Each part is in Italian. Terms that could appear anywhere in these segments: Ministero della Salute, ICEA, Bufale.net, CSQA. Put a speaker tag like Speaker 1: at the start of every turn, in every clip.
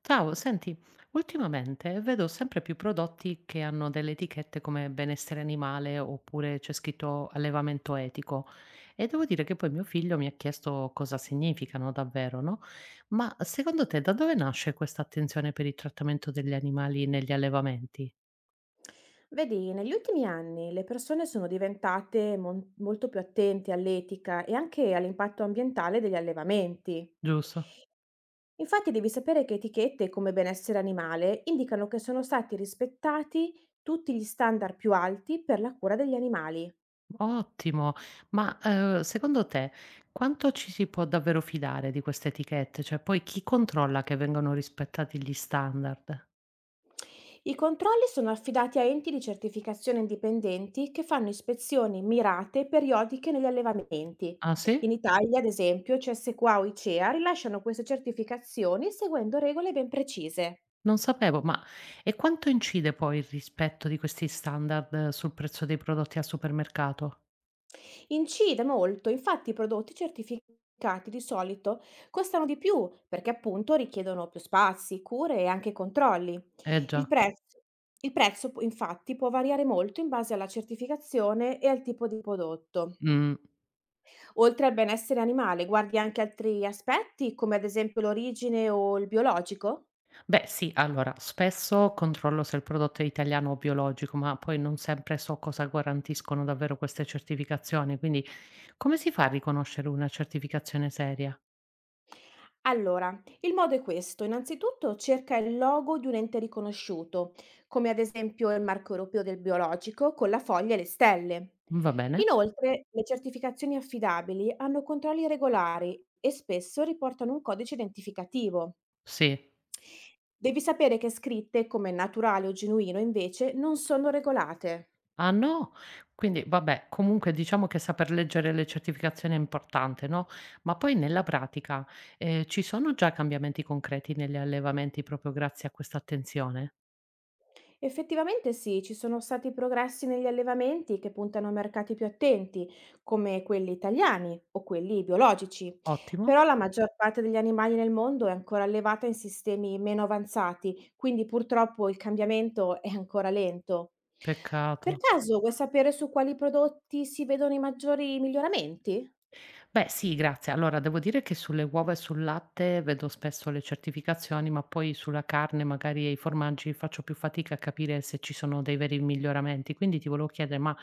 Speaker 1: Ciao, senti, ultimamente vedo sempre più prodotti che hanno delle etichette come benessere animale oppure c'è scritto allevamento etico e devo dire che poi mio figlio mi ha chiesto cosa significano davvero, no? Ma secondo te da dove nasce questa attenzione per il trattamento degli animali negli allevamenti?
Speaker 2: Vedi, negli ultimi anni le persone sono diventate molto più attente all'etica e anche all'impatto ambientale degli allevamenti.
Speaker 1: Giusto?
Speaker 2: Infatti devi sapere che etichette come benessere animale indicano che sono stati rispettati tutti gli standard più alti per la cura degli animali.
Speaker 1: Ottimo, ma secondo te quanto ci si può davvero fidare di queste etichette? Cioè poi chi controlla che vengano rispettati gli standard?
Speaker 2: I controlli sono affidati a enti di certificazione indipendenti che fanno ispezioni mirate e periodiche negli allevamenti.
Speaker 1: Ah sì?
Speaker 2: In Italia, ad esempio, CSQA o ICEA rilasciano queste certificazioni seguendo regole ben precise.
Speaker 1: Non sapevo, ma e quanto incide poi il rispetto di questi standard sul prezzo dei prodotti al supermercato?
Speaker 2: Incide molto, infatti i prodotti certificati di solito costano di più perché appunto richiedono più spazi, cure e anche controlli.
Speaker 1: Eh
Speaker 2: Il
Speaker 1: già.
Speaker 2: prezzo, il prezzo, infatti può variare molto in base alla certificazione e al tipo di prodotto.
Speaker 1: Mh.
Speaker 2: Oltre al benessere animale, guardi anche altri aspetti, come ad esempio l'origine o il biologico?
Speaker 1: Beh sì, allora spesso controllo se il prodotto è italiano o biologico, ma poi non sempre so cosa garantiscono davvero queste certificazioni, quindi come si fa a riconoscere una certificazione seria?
Speaker 2: Allora, il modo è questo. Innanzitutto cerca il logo di un ente riconosciuto, come ad esempio il marco europeo del biologico con la foglia e le stelle.
Speaker 1: Va bene?
Speaker 2: Inoltre, le certificazioni affidabili hanno controlli regolari e spesso riportano un codice identificativo.
Speaker 1: Sì.
Speaker 2: Devi sapere che scritte come naturale o genuino invece non sono regolate.
Speaker 1: Ah no? Quindi vabbè, comunque diciamo che saper leggere le certificazioni è importante, no, ma poi nella pratica, ci sono già cambiamenti concreti negli allevamenti proprio grazie a questa attenzione?
Speaker 2: Effettivamente sì, ci sono stati progressi negli allevamenti che puntano a mercati più attenti, come quelli italiani o quelli biologici, però
Speaker 1: Ottimo,
Speaker 2: la maggior parte degli animali nel mondo è ancora allevata in sistemi meno avanzati, quindi purtroppo il cambiamento è ancora lento. Per
Speaker 1: peccato.
Speaker 2: caso vuoi sapere su quali prodotti si vedono i maggiori miglioramenti?
Speaker 1: Beh sì, grazie. Allora devo dire che sulle uova e sul latte vedo spesso le certificazioni, ma poi sulla carne magari e i formaggi faccio più fatica a capire se ci sono dei veri miglioramenti. Quindi ti volevo chiedere, ma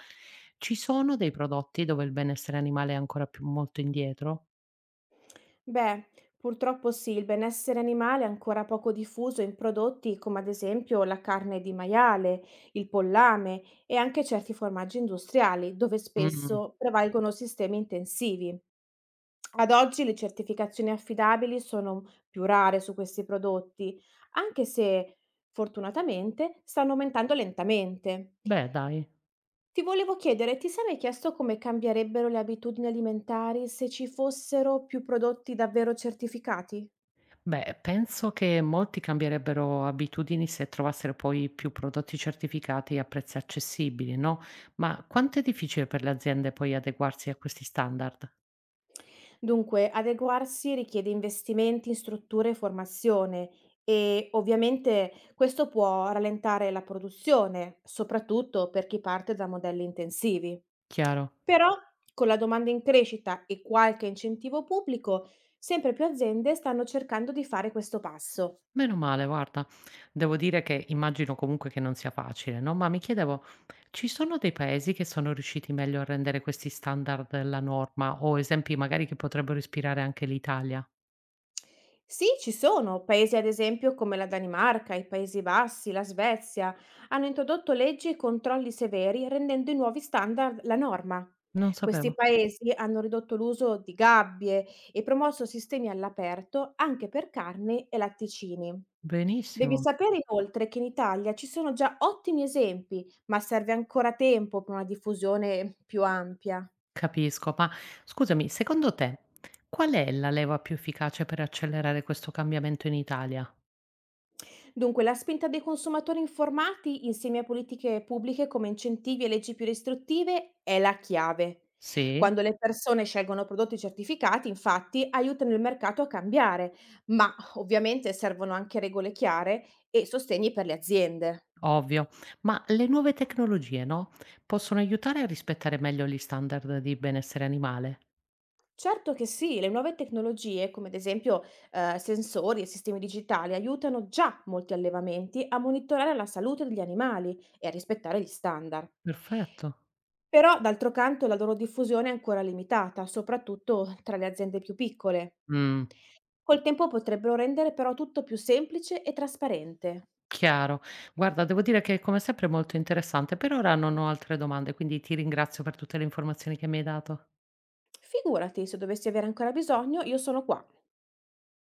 Speaker 1: ci sono dei prodotti dove il benessere animale è ancora più molto indietro?
Speaker 2: Beh, purtroppo sì, il benessere animale è ancora poco diffuso in prodotti come ad esempio la carne di maiale, il pollame e anche certi formaggi industriali, dove
Speaker 1: Mh-mh.
Speaker 2: spesso prevalgono sistemi intensivi. Ad oggi le certificazioni affidabili sono più rare su questi prodotti, anche se fortunatamente stanno aumentando lentamente.
Speaker 1: Beh dai.
Speaker 2: Ti volevo chiedere, ti sei mai chiesto come cambierebbero le abitudini alimentari se ci fossero più prodotti davvero certificati?
Speaker 1: Beh, penso che molti cambierebbero abitudini se trovassero poi più prodotti certificati a prezzi accessibili, no, ma quanto è difficile per le aziende poi adeguarsi a questi standard?
Speaker 2: Dunque, adeguarsi richiede investimenti in strutture e formazione e ovviamente questo può rallentare la produzione, soprattutto per chi parte da modelli intensivi.
Speaker 1: Chiaro.
Speaker 2: Però, con la domanda in crescita e qualche incentivo pubblico, sempre più aziende stanno cercando di fare questo passo.
Speaker 1: Meno male guarda. Devo dire che immagino comunque che non sia facile, no, ma mi chiedevo, ci sono dei paesi che sono riusciti meglio a rendere questi standard la norma o esempi magari che potrebbero ispirare anche l'Italia?
Speaker 2: Sì, ci sono paesi ad esempio come la Danimarca, i Paesi Bassi, la Svezia, hanno introdotto leggi e controlli severi rendendo i nuovi standard la norma.
Speaker 1: Non
Speaker 2: Questi
Speaker 1: sapevo.
Speaker 2: paesi hanno ridotto l'uso di gabbie e promosso sistemi all'aperto anche per carne e latticini. Devi
Speaker 1: Benissimo.
Speaker 2: sapere inoltre che in Italia ci sono già ottimi esempi, ma serve ancora tempo per una diffusione più ampia.
Speaker 1: Capisco, ma scusami, secondo te qual è la leva più efficace per accelerare questo cambiamento in Italia?
Speaker 2: Dunque, la spinta dei consumatori informati, insieme a politiche pubbliche come incentivi e leggi più restrittive, è la chiave.
Speaker 1: Sì,
Speaker 2: Quando le persone scelgono prodotti certificati, infatti, aiutano il mercato a cambiare, ma ovviamente servono anche regole chiare e sostegni per le aziende.
Speaker 1: ovvio, ma le nuove tecnologie, no? Possono aiutare a rispettare meglio gli standard di benessere animale?
Speaker 2: Certo che sì, le nuove tecnologie, come ad esempio sensori e sistemi digitali, aiutano già molti allevamenti a monitorare la salute degli animali e a rispettare gli standard.
Speaker 1: Perfetto.
Speaker 2: Però, d'altro canto, la loro diffusione è ancora limitata, soprattutto tra le aziende più piccole.
Speaker 1: Mm,
Speaker 2: Col tempo potrebbero rendere però tutto più semplice e trasparente.
Speaker 1: chiaro. Guarda, devo dire che come sempre è molto interessante, per ora non ho altre domande, quindi ti ringrazio per tutte le informazioni che mi hai dato.
Speaker 2: Figurati, se dovessi avere ancora bisogno, io sono qua.